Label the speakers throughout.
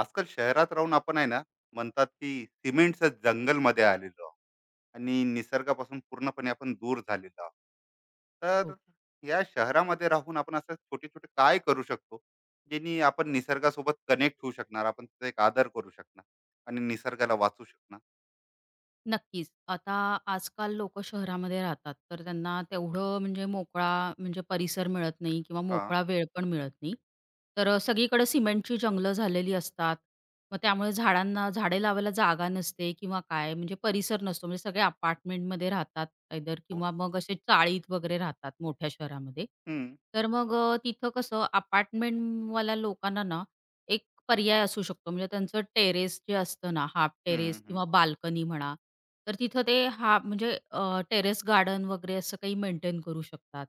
Speaker 1: आजकाल शहरात राहून आपण आहे ना म्हणतात की सिमेंटच्या जंगलमध्ये आलेलो आहोत आणि निसर्गापासून पूर्णपणे आपण दूर झालेलो आहोत. तर
Speaker 2: हो.
Speaker 1: या शहरामध्ये राहून आपण असं छोटे छोटे काय करू शकतो ज्यांनी आपण निसर्गासोबत कनेक्ट होऊ शकणार, आपण त्याचा एक आदर करू शकणार आणि निसर्गाला वाचू शकणार.
Speaker 2: नक्कीच. आता आजकाल लोकं शहरामध्ये राहतात, तर त्यांना तेवढं म्हणजे मोकळा म्हणजे परिसर मिळत नाही किंवा
Speaker 1: हा,
Speaker 2: मोकळा वेळ पण मिळत नाही. तर सगळीकडे सिमेंटची जंगलं झालेली असतात. मग त्यामुळे झाडांना झाडे लावायला जागा नसते किंवा काय म्हणजे परिसर नसतो. म्हणजे सगळे अपार्टमेंटमध्ये राहतात आयदर
Speaker 1: हो.
Speaker 2: किंवा मग असे चाळीत वगैरे राहतात मोठ्या शहरामध्ये.
Speaker 1: हम्म,
Speaker 2: तर मग तिथं कसं अपार्टमेंटवाल्या लोकांना ना एक पर्याय असू शकतो. म्हणजे त्यांचं टेरेस जे असतं ना, हाफ
Speaker 1: हम्म,
Speaker 2: टेरेस
Speaker 1: हम्म.
Speaker 2: किंवा बाल्कनी म्हणा, तर तिथं ते हा म्हणजे टेरेस गार्डन वगैरे असं काही मेंटेन करू शकतात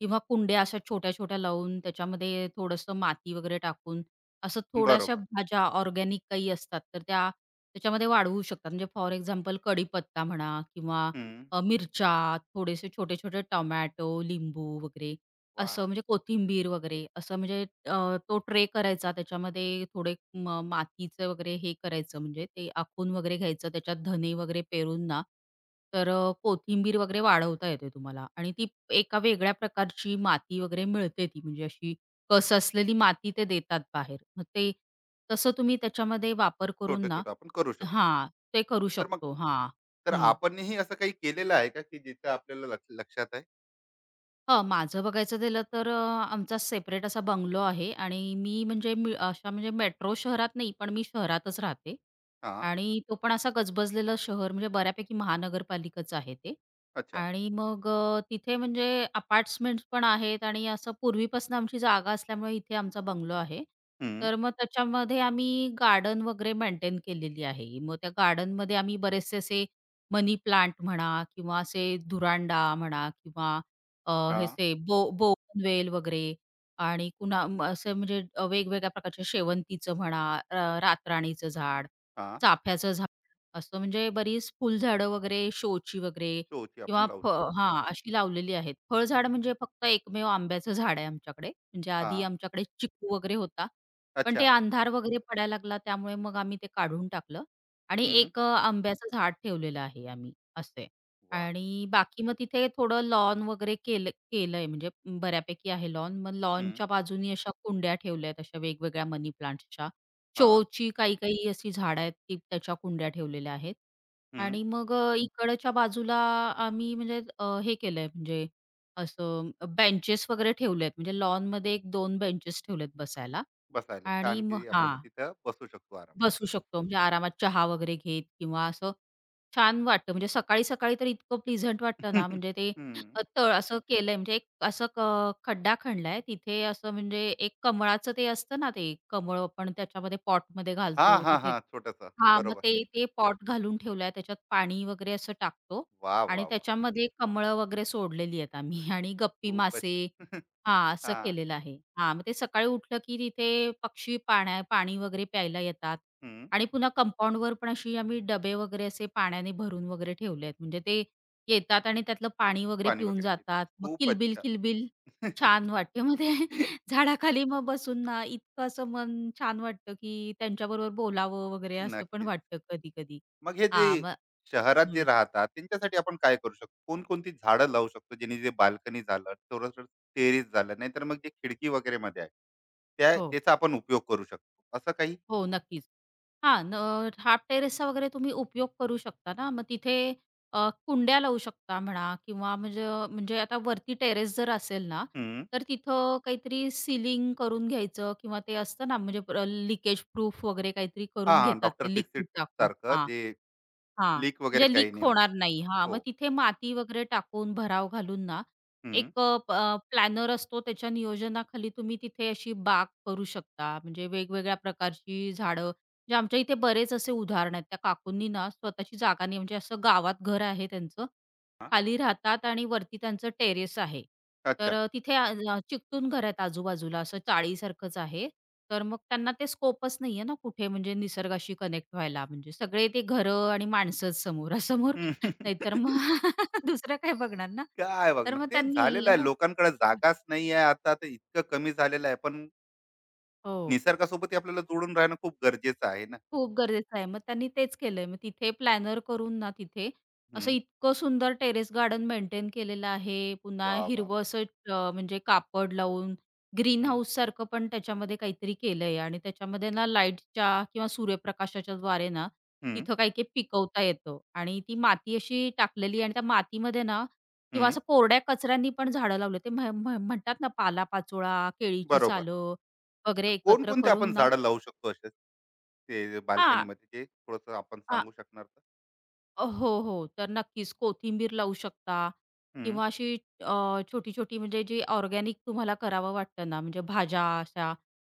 Speaker 2: किंवा कुंड्या अशा छोट्या-छोट्या लावून त्याच्यामध्ये थोडंसं माती वगैरे टाकून, असं थोड्याशा
Speaker 1: बरोबर.
Speaker 2: भाज्या ऑर्गॅनिक काही असतात, तर त्या त्याच्यामध्ये वाढवू शकतात. म्हणजे फॉर एक्झाम्पल कढीपत्ता म्हणा किंवा
Speaker 1: हम्म.
Speaker 2: मिरच्या, थोडेसे छोटे-छोटे टोमॅटो, लिंबू वगैरे
Speaker 1: वा,
Speaker 2: असं म्हणजे कोथिंबीर वगैरे असं म्हणजे तो ट्रे करायचा त्याच्यामध्ये थोडे मातीचं वगैरे हे करायचं म्हणजे ते आखून वगैरे घ्यायचं त्याच्यात धने वगैरे पेरून ना, तर कोथिंबीर वगैरे वाढवता येते तुम्हाला आणि ती एका वेगळ्या प्रकारची माती वगैरे मिळते ती म्हणजे अशी कस असलेली माती ते देतात बाहेर. मग ते तसं तुम्ही त्याच्यामध्ये वापर करून
Speaker 1: छोटे
Speaker 2: ना
Speaker 1: छोटे आपण करू शकतो.
Speaker 2: हां, ते करू
Speaker 1: तर मग
Speaker 2: शकतो. हां.
Speaker 1: तर आपणही असं काही केलेलं आहे का, की जिथं आपल्याला लक्षात आहे?
Speaker 2: हां, माझं बघायचं झालं तर आमचा सेपरेट असा बंगलो आहे आणि मी अशा म्हणजे मेट्रो शहरात नाही, पण मी शहरातच राहते
Speaker 1: हा,
Speaker 2: आणि तो पण असा गजबजलेलं शहर म्हणजे बऱ्यापैकी महानगरपालिकाच आहे ते
Speaker 1: अच्छा,
Speaker 2: आणि मग तिथे म्हणजे अपार्ट्समेंट्स पण आहेत आणि असं पूर्वीपासून आमची जागा असल्यामुळे इथे आमचा बंगलो आहे.
Speaker 1: हम्म
Speaker 2: तर मग त्याच्यामध्ये आम्ही गार्डन वगैरे मेंटेन केलेली आहे. मग त्या गार्डनमध्ये आम्ही बरेचसे असे मनी प्लांट म्हणा किंवा असे धुरांडा म्हणा किंवा ह्याचे बोगनवेल वगैरे आणि कुणा म असे म्हणजे वेगवेगळ्या प्रकारचे शेवंतीचं म्हणा, अ, रातराणीचं झाड,
Speaker 1: हां,
Speaker 2: चाफ्याचं झाड, असं म्हणजे बरीच फुलझाडं वगैरे, शोची वगैरे
Speaker 1: टोची आपण
Speaker 2: किंवा
Speaker 1: लावू
Speaker 2: फ
Speaker 1: शकतो.
Speaker 2: हां, अशी लावलेली आहेत. फळझाड म्हणजे फक्त एकमेव आंब्याचं झाड आहे आमच्याकडे. म्हणजे आधी
Speaker 1: हां,
Speaker 2: आमच्याकडे चिकू वगैरे होता. पण ते
Speaker 1: अच्छा.
Speaker 2: अंधार वगैरे पडायला लागला त्यामुळे मग आम्ही ते काढून टाकलं आणि
Speaker 1: हं.
Speaker 2: एक आंब्याचं झाड ठेवलेलं आहे आम्ही, असं आहे.
Speaker 1: वाह! वाह!
Speaker 2: आणि बाकी मग तिथे थोडं लॉन वगैरे केलंय म्हणजे बऱ्यापैकी आहे लॉन. मग
Speaker 1: हं.
Speaker 2: लॉनच्या बाजूनी अशा कुंड्या ठेवल्यात अशा वेगवेगळ्या मनी प्लांट्सच्या.
Speaker 1: हां.
Speaker 2: शोची काही-काही अशी झाडं आहेत की त्याच्या कुंड्या ठेवलेल्या आहेत.
Speaker 1: हं.
Speaker 2: आणि मग इकडच्या बाजूला आम्ही म्हणजे हे केलंय म्हणजे असं बेंचेस वगैरे ठेवलेत म्हणजे लॉनमध्ये 1-2 बेंचेस ठेवलेत बसायला
Speaker 1: बसायला
Speaker 2: आणि
Speaker 1: छान,
Speaker 2: मग
Speaker 1: की आपण
Speaker 2: हां.
Speaker 1: तिथं बसू शकतो आरामात.
Speaker 2: बसू शकतो. म्हणजे आरामात चहा वगैरे घेत किंवा असं छान वाटतं. म्हणजे सकाळी-सकाळी तर इतकं प्लीझंट वाटतं ना, म्हणजे ते
Speaker 1: हं.
Speaker 2: तळ असं केलंय म्हणजे एक असं खड्डा खणलाय. तिथे असं म्हणजे एक कमळाचं ते असतं ना, ते कमळ आपण त्याच्यामध्ये पॉटमध्ये
Speaker 1: हां,
Speaker 2: घालतो
Speaker 1: हां,
Speaker 2: तिथे
Speaker 1: हां. छोटंसं.
Speaker 2: हां, मग
Speaker 1: बरोबर.
Speaker 2: ते ते पॉट घालून ठेवलाय. त्याच्यात पाणी वगैरे असं टाकतो
Speaker 1: वाह!
Speaker 2: आणि
Speaker 1: वाह! वाह!
Speaker 2: त्याच्यामध्ये कमळं वगैरे सोडलेली आहेत आम्ही आणि गप्पी
Speaker 1: खूपच
Speaker 2: मासे
Speaker 1: छान.
Speaker 2: हां, असं
Speaker 1: हां.
Speaker 2: केलेलं आहे. हां, मग ते सकाळी उठलं की तिथे पक्षी पाणी वगैरे प्यायला येतात
Speaker 1: हं.
Speaker 2: आणि पुन्हा कंपाउंडवर पण अशी आम्ही डबे वगैरे असे पाण्याने भरून वगैरे ठेवले आहेत. म्हणजे ते येतात आणि त्यातलं पाणी वगैरे
Speaker 1: पाणी
Speaker 2: पिऊन
Speaker 1: वगैरे पितात.
Speaker 2: जातात. मग
Speaker 1: खूपच
Speaker 2: किलबिल,
Speaker 1: छान.
Speaker 2: किलबिल छान वाटते. मग ते झाडाखाली मग बसून ना इतकं असं मन छान वाटतं की त्यांच्याबरोबर बोलावं वगैरे असं पण
Speaker 1: नक्कीच.
Speaker 2: वाटतं कधी-कधी.
Speaker 1: मग हे जे
Speaker 2: हां, मग
Speaker 1: शहरात जे
Speaker 2: हं.
Speaker 1: राहतात, त्यांच्यासाठी आपण काय करू शकतो? कोणकोणती झाडं लावू शकतो? जेणे जे बाल्कनी झालं, थोडस टेरेस झालं, नाहीतर मग जे खिडकी वगैरेमध्ये आहे. त्या
Speaker 2: हो.
Speaker 1: त्याचा आपण उपयोग करू शकतो. असं काही.
Speaker 2: हो, नक्कीच. हां, न हाफ टेरेसचा वगैरे तुम्ही उपयोग करू शकता ना, मग तिथे अ, कुंड्या लावू शकता म्हणा किंवा म्हणजे म्हणजे आता वरती टेरेस जर असेल ना,
Speaker 1: हं.
Speaker 2: तर तिथं काहीतरी सीलिंग करून घ्यायचं किंवा ते असतं ना, म्हणजे लीकेज प्रूफ वगैरे काहीतरी
Speaker 1: हां,
Speaker 2: करून
Speaker 1: हां.
Speaker 2: घेतात
Speaker 1: डॉक्टर
Speaker 2: ते
Speaker 1: फिक्सिट
Speaker 2: लिक्विड टाकून.
Speaker 1: सारखं
Speaker 2: हां.
Speaker 1: जे
Speaker 2: हां,
Speaker 1: लीक वगैरे
Speaker 2: म्हणजे
Speaker 1: काही
Speaker 2: लीक
Speaker 1: नाही होत.
Speaker 2: होणार नाही. हां,
Speaker 1: हो.
Speaker 2: मग तिथे माती वगैरे टाकून, भराव घालून ना,
Speaker 1: हं.
Speaker 2: एक अ, प प्लॅनर असतो त्याच्या नियोजनाखाली तुम्ही तिथे अशी बाग करू शकता. म्हणजे वेगवेगळ्या प्रकारची झाडं, म्हणजे आमच्या इथे बरेच असे उदाहरण आहेत. त्या काकूंनी ना स्वतःची जागा नाही म्हणजे असं गावात घर आहे त्यांचं.
Speaker 1: हां.
Speaker 2: खाली राहतात आणि वरती त्यांचं टेरेस आहे. तर
Speaker 1: अच्छा.
Speaker 2: चिकटून घर आहेत आजूबाजूला असं चाळीसारखंच आहे. तर मग त्यांना ते स्कोपच नाहीये ना कुठे म्हणजे निसर्गाशी कनेक्ट व्हायला. म्हणजे सगळे ते घरं आणि माणसंच समोरासमोर.
Speaker 1: हं.
Speaker 2: नाहीतर मग दुसरं काय बघणार ना.
Speaker 1: काय
Speaker 2: तर
Speaker 1: बघणार.
Speaker 2: मग
Speaker 1: ते
Speaker 2: त्यांनी
Speaker 1: झालेलं आहे.
Speaker 2: हो.
Speaker 1: लोकांकडे जागाच नाही आहे, आता ते इतकं कमी झालेलं आहे. पण
Speaker 2: हो.
Speaker 1: निसर्गासोबतही आपल्याला जोडून राहणं खूप गरजेचं आहे ना.
Speaker 2: खूप गरजेचं आहे. मग त्यांनी तेच केलंय. मग तिथे प्लॅनर करून ना तिथे असं
Speaker 1: हं.
Speaker 2: इतकं सुंदर टेरेस गार्डन मेंटेन केलेलं आहे. पुन्हा
Speaker 1: वाह, वाह, वाह!
Speaker 2: हिरवं असं म्हणजे कापड लावून ग्रीन
Speaker 1: हं,
Speaker 2: हाऊससारखं पण त्याच्यामध्ये काहीतरी केलंय आणि त्याच्यामध्ये ना लाईटच्या किंवा सूर्यप्रकाशाच्या द्वारे ना
Speaker 1: हं,
Speaker 2: तिथं काही-काही पिकवता येतं आणि ती माती अशी टाकलेली आणि त्या मातीमध्ये ना किंवा
Speaker 1: हं.
Speaker 2: असं कोरड्या कचऱ्यांनी पण झाडं लावले. ते म्ह म्ह म्हणतात ना पालापाचोळा, केळीची
Speaker 1: बरोबर.
Speaker 2: सालं
Speaker 1: तर
Speaker 2: वगैरे एकत्र
Speaker 1: कोणकोणते आपण
Speaker 2: करून ना
Speaker 1: झाडं लावू शकतो असे, ते
Speaker 2: हां.
Speaker 1: बाल्कनीमध्ये जे थोडंसं आपण सांगू शकणार तर?
Speaker 2: हो, हो. तर नक्कीच कोथिंबीर लावू शकता
Speaker 1: हं.
Speaker 2: किंवा अशी छोटी-छोटी म्हणजे जी ऑर्गॅनिक तुम्हाला करावं वाटतं ना, म्हणजे भाज्या अशा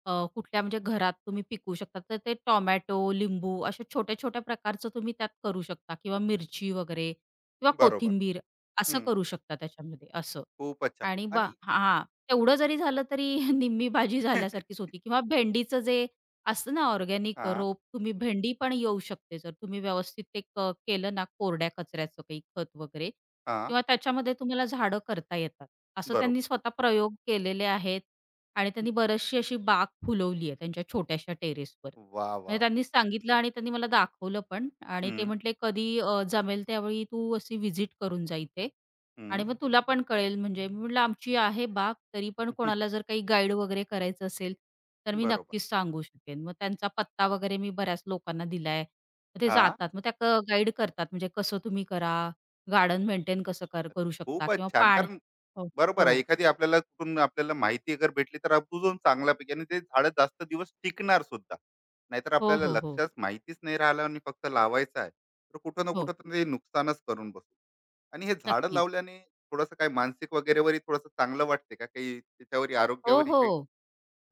Speaker 2: कुठल्या म्हणजे घरात तुम्ही पिकवू शकता. तर ते टोमॅटो, लिंबू अशा छोट्या-छोट्या प्रकारचं तुम्ही त्यात करू शकता किंवा मिरची वगैरे किंवा
Speaker 1: बरोबर.
Speaker 2: कोथिंबीर असं
Speaker 1: हं.
Speaker 2: करू शकता त्याच्यामध्ये असं.
Speaker 1: खूपच छान.
Speaker 2: आणि बा
Speaker 1: आणि
Speaker 2: हां, तेवढं जरी झालं तरी निम्मी भाजी झाल्यासारखीच होती किंवा भेंडीचं जे असतं ना ऑर्गॅनिक
Speaker 1: हा,
Speaker 2: रोप, तुम्ही भेंडी पण येऊ शकते जर तुम्ही व्यवस्थित ते क केलं ना कोरड्या कचऱ्याचं काही खत वगैरे
Speaker 1: हा,
Speaker 2: किंवा त्याच्यामध्ये तुम्हाला झाडं करता येतात. असं
Speaker 1: बरोबर.
Speaker 2: त्यांनी स्वतः प्रयोग केलेले आहेत आणि त्यांनी बरीचशी अशी बाग फुलवली आहे त्यांच्या छोट्याशा टेरेसवर.
Speaker 1: वा, वा,
Speaker 2: म्हणजे
Speaker 1: वा.
Speaker 2: त्यांनी सांगितलं आणि त्यांनी मला दाखवलं पण आणि ते
Speaker 1: हम्म
Speaker 2: म्हटले, "कधी जमेल त्यावेळी तू अशी व्हिजिट करून जा इथे." आणि
Speaker 1: हम्म
Speaker 2: मग तुला पण कळेल म्हणजे मी म्हटलं आमची आहे बाग, तरी पण कोणाला जर काही गाईड वगैरे करायचं असेल, तर मी
Speaker 1: बरोबर,
Speaker 2: नक्कीच सांगू शकेन. मग त्यांचा पत्ता वगैरे मी बऱ्याच लोकांना दिलाय. मग ते
Speaker 1: हा,
Speaker 2: जातात. मग त्या गाईड करतात म्हणजे कसं तुम्ही करा, गार्डन मेंटेन कसं
Speaker 1: अरे
Speaker 2: करू शकता
Speaker 1: खूपच
Speaker 2: किंवा
Speaker 1: छान.
Speaker 2: पाणी
Speaker 1: कारण
Speaker 2: हो,
Speaker 1: बरोबर आहे,
Speaker 2: हो.
Speaker 1: एखादी आपल्याला कुठून आपल्याला माहिती अगर भेटली तर अजून चांगल्यापैकी, आणि ते झाड जास्त दिवस टिकणार सुद्धा. नाहीतर
Speaker 2: हो,
Speaker 1: आपल्याला
Speaker 2: हो, हो.
Speaker 1: लक्षात माहितीच नाही राहिलं आणि फक्त लावायचं आहे तर कुठं ना कुठं,
Speaker 2: हो,
Speaker 1: तर ते नुकसानच करून बसू. आणि हे झाडं
Speaker 2: नक्कीच.
Speaker 1: लावल्याने थोडंसं काय मानसिक वगैरेवरही थोडंसं चांगलं वाटते का, काही त्याच्यावरही
Speaker 2: हो,
Speaker 1: आरोग्यावरही काही?
Speaker 2: हो.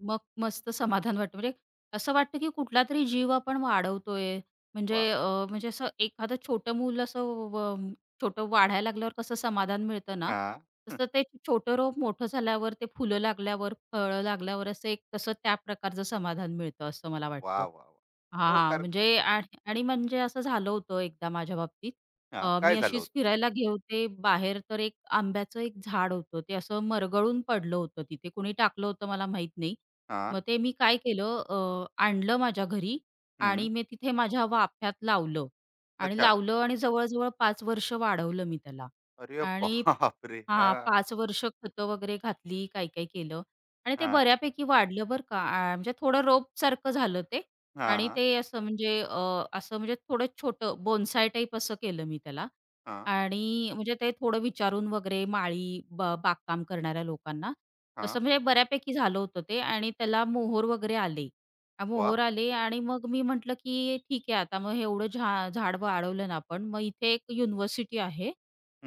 Speaker 2: मग मस्त समाधान वाटतं. म्हणजे असं वाटतं, की कुठलातरी जीव आपण वाढवतोय. म्हणजे
Speaker 1: वा.
Speaker 2: म्हणजे असं एखादं छोटं मूल असं व छोटं वाढायला लागल्यावर कसं समाधान मिळतं ना,
Speaker 1: हा,
Speaker 2: तसं ते छोटं रोप मोठं झाल्यावर, ते फुलं लागल्यावर, फळं लागल्यावर असं एक तसं त्या प्रकारचं समाधान मिळतं असं मला
Speaker 1: वा,
Speaker 2: वाटतं.
Speaker 1: वा, वा.
Speaker 2: हां,
Speaker 1: हो,
Speaker 2: हां.
Speaker 1: कारण
Speaker 2: म्हणजे आणि आणि म्हणजे असं झालं होतं एकदा माझ्या बाबतीत.
Speaker 1: हा, काय
Speaker 2: मी
Speaker 1: झालं
Speaker 2: अशीच
Speaker 1: होतं?
Speaker 2: फिरायला गेले बाहेर, तर एक आंब्याचं एक झाड होतं. ते असं मरगळून पडलं होतं तिथे. कोणी टाकलं होतं मला माहीत नाही.
Speaker 1: हा.
Speaker 2: मग ते मी काय केलं आणलं माझ्या घरी
Speaker 1: हं.
Speaker 2: आणि मी तिथे माझ्या वाफ्यात लावलं
Speaker 1: अच्छा.
Speaker 2: आणि जवळ-जवळ 5 वर्ष वाढवलं मी त्याला
Speaker 1: अरे
Speaker 2: आणि
Speaker 1: बापरे!
Speaker 2: हां,
Speaker 1: हां,
Speaker 2: 5 वर्ष खतं वगैरे घातली, काय-काय केलं आणि ते
Speaker 1: हां,
Speaker 2: बऱ्यापैकी वाढलं बरं का. म्हणजे थोडं रोपसारखं झालं ते
Speaker 1: हां,
Speaker 2: आणि
Speaker 1: हां,
Speaker 2: ते असं म्हणजे असं म्हणजे थोडं छोटं बोन्साय टाईप असं केलं मी त्याला.
Speaker 1: हां,
Speaker 2: आणि म्हणजे ते थोडं विचारून वगैरे माळी बागकाम करणाऱ्या लोकांना.
Speaker 1: हां.
Speaker 2: तसं म्हणजे बऱ्यापैकी झालं होतं ते आणि त्याला मोहोर वगैरे आले.
Speaker 1: वाह!
Speaker 2: मोहोर आले आणि मग मी म्हटलं, की ठीक आहे आता मग हे एवढं झाड वाढवलं ना आपण, मग इथे एक युनिव्हर्सिटी आहे.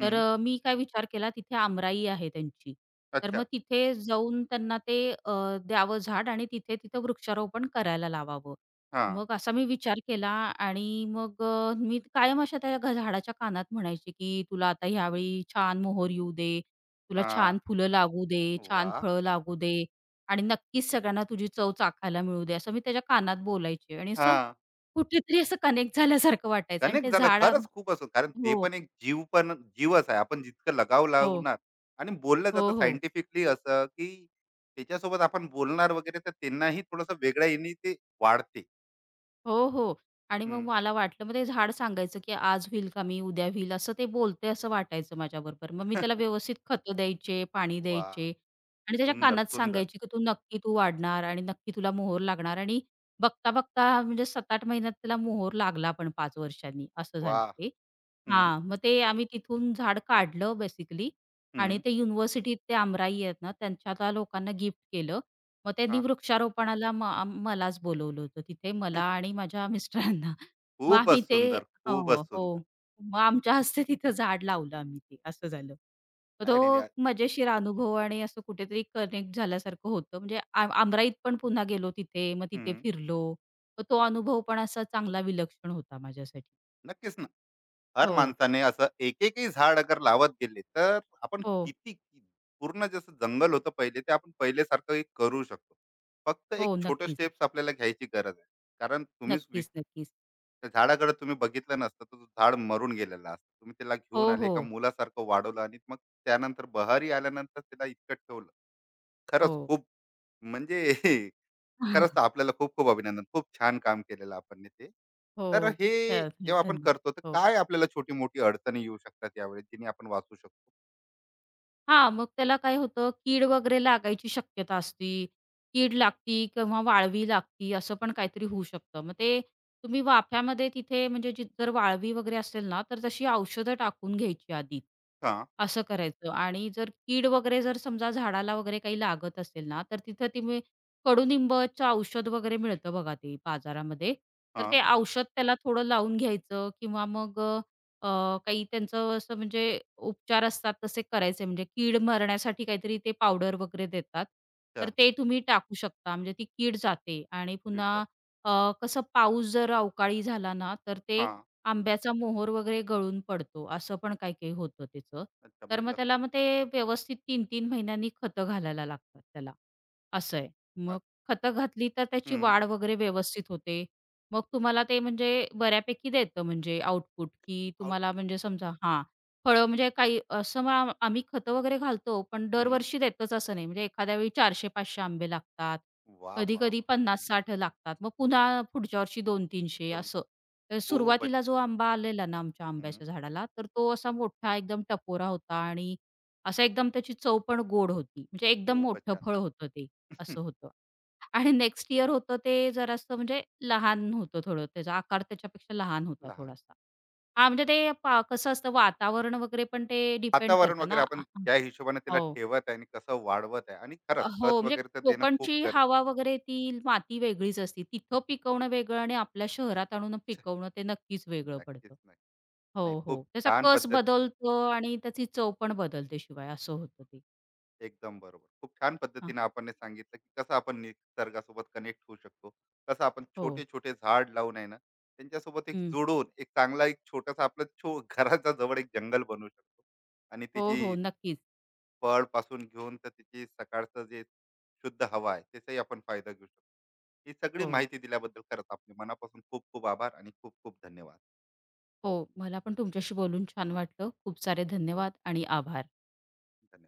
Speaker 2: तर मी काय विचार केला तिथे आमराई आहे त्यांची. तर मग
Speaker 1: अच्छा.
Speaker 2: तिथे जाऊन त्यांना ते द्यावं झाड आणि तिथे, तिथं वृक्षारोपण करायला लावावं.
Speaker 1: हां,
Speaker 2: मग असा मी विचार केला आणि मग मी कायम अशा त्या झाडाच्या कानात म्हणायचे, की "तुला आता ह्यावेळी छान मोहर येऊ दे, तुला
Speaker 1: हां.
Speaker 2: छान फुलं लागू दे, छान
Speaker 1: वाह!
Speaker 2: फळं लागू दे आणि नक्कीच सगळ्यांना तुझी चव चाखायला मिळू दे." असं मी त्याच्या कानात बोलायचे आणि असं
Speaker 1: हां.
Speaker 2: कुठेतरी असं कनेक्ट झाल्यासारखं वाटायचं आणि
Speaker 1: कनेक्ट
Speaker 2: ते
Speaker 1: झालं
Speaker 2: झाड
Speaker 1: खरंच खूप असं, कारण ते
Speaker 2: हो,
Speaker 1: पण एक जीव, पण जीवच आहे. आपण जितकं लगाव
Speaker 2: हो.
Speaker 1: लावणार, आणि बोललं
Speaker 2: हो,
Speaker 1: जातं
Speaker 2: हो.
Speaker 1: सायंटिफिकली असं, की त्याच्यासोबत आपण बोलणार वगैरे, तर त्यांनाही थोडंसं वेगळ्या याने ते वाढते.
Speaker 2: हो, हो. आणि मग
Speaker 1: हं.
Speaker 2: मला वाटलं, मग ते झाड सांगायचं, की आज होईल का मी, उद्या होईल, असं ते बोलते असं वाटायचं माझ्याबरोबर. मग मी
Speaker 1: वाह!
Speaker 2: त्याला व्यवस्थित खतं द्यायचे, पाणी द्यायचे आणि त्याच्या
Speaker 1: सुंदर,
Speaker 2: कानात
Speaker 1: सुंदर.
Speaker 2: सांगायची, की "तू नक्की वाढणार आणि नक्की तुला मोहर लागणार" आणि बघता-बघता म्हणजे 7-8 महिन्यात त्याला मोहोर लागला पण 5 वर्षांनी, असं झालं
Speaker 1: वाह!
Speaker 2: ते.
Speaker 1: हं,
Speaker 2: हां, मग ते आम्ही तिथून झाड काढलं बेसिकली आणि
Speaker 1: हं.
Speaker 2: ते युनिव्हर्सिटीत ते आमराई आहेत ना, त्यांच्या त्या लोकांना गिफ्ट केलं. मग त्यांनी
Speaker 1: हां.
Speaker 2: वृक्षारोपणाला म आम मलाच बोलवलं होतं तिथे मला आणि माझ्या मिस्टरांना. मग
Speaker 1: खूपच
Speaker 2: आम्ही ते
Speaker 1: सुंदर, खूपच
Speaker 2: हो, हो.
Speaker 1: सुंदर.
Speaker 2: मग आमच्या हस्ते तिथं झाड लावलं आम्ही ते असं झालं. मग
Speaker 1: नाही, नाही, नाही.
Speaker 2: तो मजेशीर अनुभव आणि असं कुठेतरी कनेक्ट झाल्यासारखं होतं. म्हणजे आमराईत पण पुन्हा गेलो तिथे, मग तिथे
Speaker 1: हम्म,
Speaker 2: फिरलो. मग तो अनुभव पण असा चांगला विलक्षण होता माझ्यासाठी.
Speaker 1: नक्कीच ना. हर
Speaker 2: हो,
Speaker 1: माणसाने असं एक एकही झाड अगर लावत गेले, तर आपण
Speaker 2: हो,
Speaker 1: किती पूर्ण जसं जंगल होतं पहिले, ते आपण पहिले सारखं करू शकतो. फक्त एक
Speaker 2: हो.
Speaker 1: छोटं
Speaker 2: नक्कीच,
Speaker 1: स्टेप्स आपल्याला घ्यायची गरज आहे. कारण तुम्ही
Speaker 2: नक्कीच, नक्कीच.
Speaker 1: त्या झाडाकडे तुम्ही बघितलं नसतं तर तो झाड मरून गेलेला असतं. तुम्ही त्याला
Speaker 2: हो,
Speaker 1: घेऊन आले,
Speaker 2: हो,
Speaker 1: एका मुलासारखं वाढवलं आणि मग त्यानंतर बहारी आल्यानंतर त्याला इतकं ठेवलं. खरंच
Speaker 2: हो.
Speaker 1: खूप म्हणजे खरंच तर आपल्याला खूप खूप अभिनंदन. खूप छान काम केलेलं आपण ते. तर
Speaker 2: हो.
Speaker 1: हे
Speaker 2: तर
Speaker 1: जेव्हा आपण करतो, तर
Speaker 2: हो.
Speaker 1: काय आपल्याला छोटी-मोठी अडचणी येऊ शकतात यावेळी, जिने आपण वाचू शकतो?
Speaker 2: हां, मग त्याला काय होतं, कीड वगैरे लागायची शक्यता असती. कीड लागती किंवा वाळवी लागती असं पण काहीतरी होऊ शकतं. मग ते तुम्ही वाफ्यामध्ये तिथे म्हणजे जी जर वाळवी वगैरे असेल ना, तर तशी औषधं टाकून घ्यायची आधी.
Speaker 1: हां,
Speaker 2: असं करायचं आणि कीड वगैरे जर समजा झाडाला वगैरे काही लागत असेल ना, तर तिथं तुम्ही कडुनिंबाचं औषध वगैरे मिळतं बघा ते बाजारामध्ये. तर
Speaker 1: हां.
Speaker 2: ते औषध त्याला थोडं लावून घ्यायचं किंवा मग अ, काही त्यांचं असं म्हणजे उपचार असतात तसे करायचे म्हणजे कीड मारण्यासाठी काहीतरी ते पावडर वगैरे देतात.
Speaker 1: अच्छा,
Speaker 2: तर ते तुम्ही टाकू शकता म्हणजे ती कीड जाते आणि
Speaker 1: स्पीड
Speaker 2: पुन्हा
Speaker 1: जातो.
Speaker 2: अ, कसं पाऊस जर अवकाळी झाला ना, तर ते
Speaker 1: हां,
Speaker 2: आंब्याचा मोहोर वगैरे गळून पडतो. असं पण काही-काही होतं त्याचं.
Speaker 1: अच्छा,
Speaker 2: तर
Speaker 1: म्हणजे
Speaker 2: मग
Speaker 1: लक्ष.
Speaker 2: त्याला मग ते व्यवस्थित 3-3 महिन्यांनी खतं घालायला लागतात त्याला, असं आहे.
Speaker 1: हां,
Speaker 2: मग खतं घातली तर त्याची
Speaker 1: हं.
Speaker 2: वाढ वगैरे व्यवस्थित होते. मग तुम्हाला ते म्हणजे बऱ्यापैकी देतं म्हणजे आउटपुट, की
Speaker 1: आउट.
Speaker 2: तुम्हाला म्हणजे समजा हां, फळं म्हणजे काही असं मग आम्ही खतं वगैरे घालतो, पण
Speaker 1: हं.
Speaker 2: दरवर्षी देतच असं नाही. म्हणजे एखाद्या वेळी 400-500 आंबे लागतात,
Speaker 1: वाह, वाह,
Speaker 2: कधी-कधी
Speaker 1: वाह!
Speaker 2: 50-60 लागतात. मग पुन्हा पुढच्या वर्षी 200-300
Speaker 1: 2
Speaker 2: असं. तर
Speaker 1: खूपच.
Speaker 2: सुरुवातीला जो आंबा आलेला ना आमच्या
Speaker 1: हं,
Speaker 2: आंब्याच्या झाडाला, तर तो असा मोठा एकदम टपोरा होता आणि असा एकदम त्याची चव पण गोड होती. म्हणजे एकदम
Speaker 1: खूपच
Speaker 2: मोठं
Speaker 1: छान.
Speaker 2: फळ होतं ते, असं होतं. आणि
Speaker 1: नाही,
Speaker 2: नेक्स्ट इयर होतं ते जरासं म्हणजे लहान होतं थोडं, त्याचा आकार त्याच्यापेक्षा लहान होता
Speaker 1: लहान. होतं.
Speaker 2: थोडासा. हां, म्हणजे ते कसं असतं वातावरण वगैरे पण ते डिपेंड
Speaker 1: वातावरण
Speaker 2: करतं
Speaker 1: वगैरे
Speaker 2: ना.
Speaker 1: आपण ज्या हिशोबाने त्याला
Speaker 2: हो.
Speaker 1: ठेवत आहे आणि कसं वाढवत आहे, आणि खरंच
Speaker 2: हो,
Speaker 1: खत
Speaker 2: म्हणजे
Speaker 1: वगैरे तर देणं खूप
Speaker 2: कोकणची
Speaker 1: गरजेचं
Speaker 2: हवा वगैरे ती माती वेगळीच असते. तिथं पिकवणं वेगळं आणि आपल्या शहरात आणून
Speaker 1: आहे.
Speaker 2: पिकवणं ते नक्कीच वेगळं
Speaker 1: नक्कीच,
Speaker 2: पडतं.
Speaker 1: नक्की. नाही,
Speaker 2: हो, हो.
Speaker 1: खूप
Speaker 2: त्याचा
Speaker 1: छान
Speaker 2: कस
Speaker 1: पद्धतीने
Speaker 2: बदलतो आणि त्याची चव पण बदलते शिवाय असं होतं ते.
Speaker 1: एकदम बरोबर. खूप छान
Speaker 2: हां,
Speaker 1: पद्धतीने आपण हे सांगितलं, की कसं आपण निसर्गासोबत कनेक्ट होऊ शकतो. कसं आपण
Speaker 2: हो.
Speaker 1: छोटे-छोटे झाड लावून आहे ना, त्यांच्यासोबत एक
Speaker 2: हं.
Speaker 1: जुडून एक चांगला एक छोटासा आपलं छो घराच्या जवळ एक जंगल बनवू शकतो. आणि
Speaker 2: हो, हो.
Speaker 1: त्याची
Speaker 2: नक्कीच.
Speaker 1: फळपासून घेऊन तर त्याची सकाळचं जे शुद्ध हवा आहे, त्याचाही आपण फायदा घेऊ शकतो. ही सगळी
Speaker 2: हो.
Speaker 1: माहिती दिल्याबद्दल खरंच आपल्या मनापासून खूप खूप आभार आणि खूप खूप धन्यवाद.
Speaker 2: हो, मला पण तुमच्याशी बोलून छान वाटलं. खूप सारे धन्यवाद आणि आभार.
Speaker 1: धन्यवाद.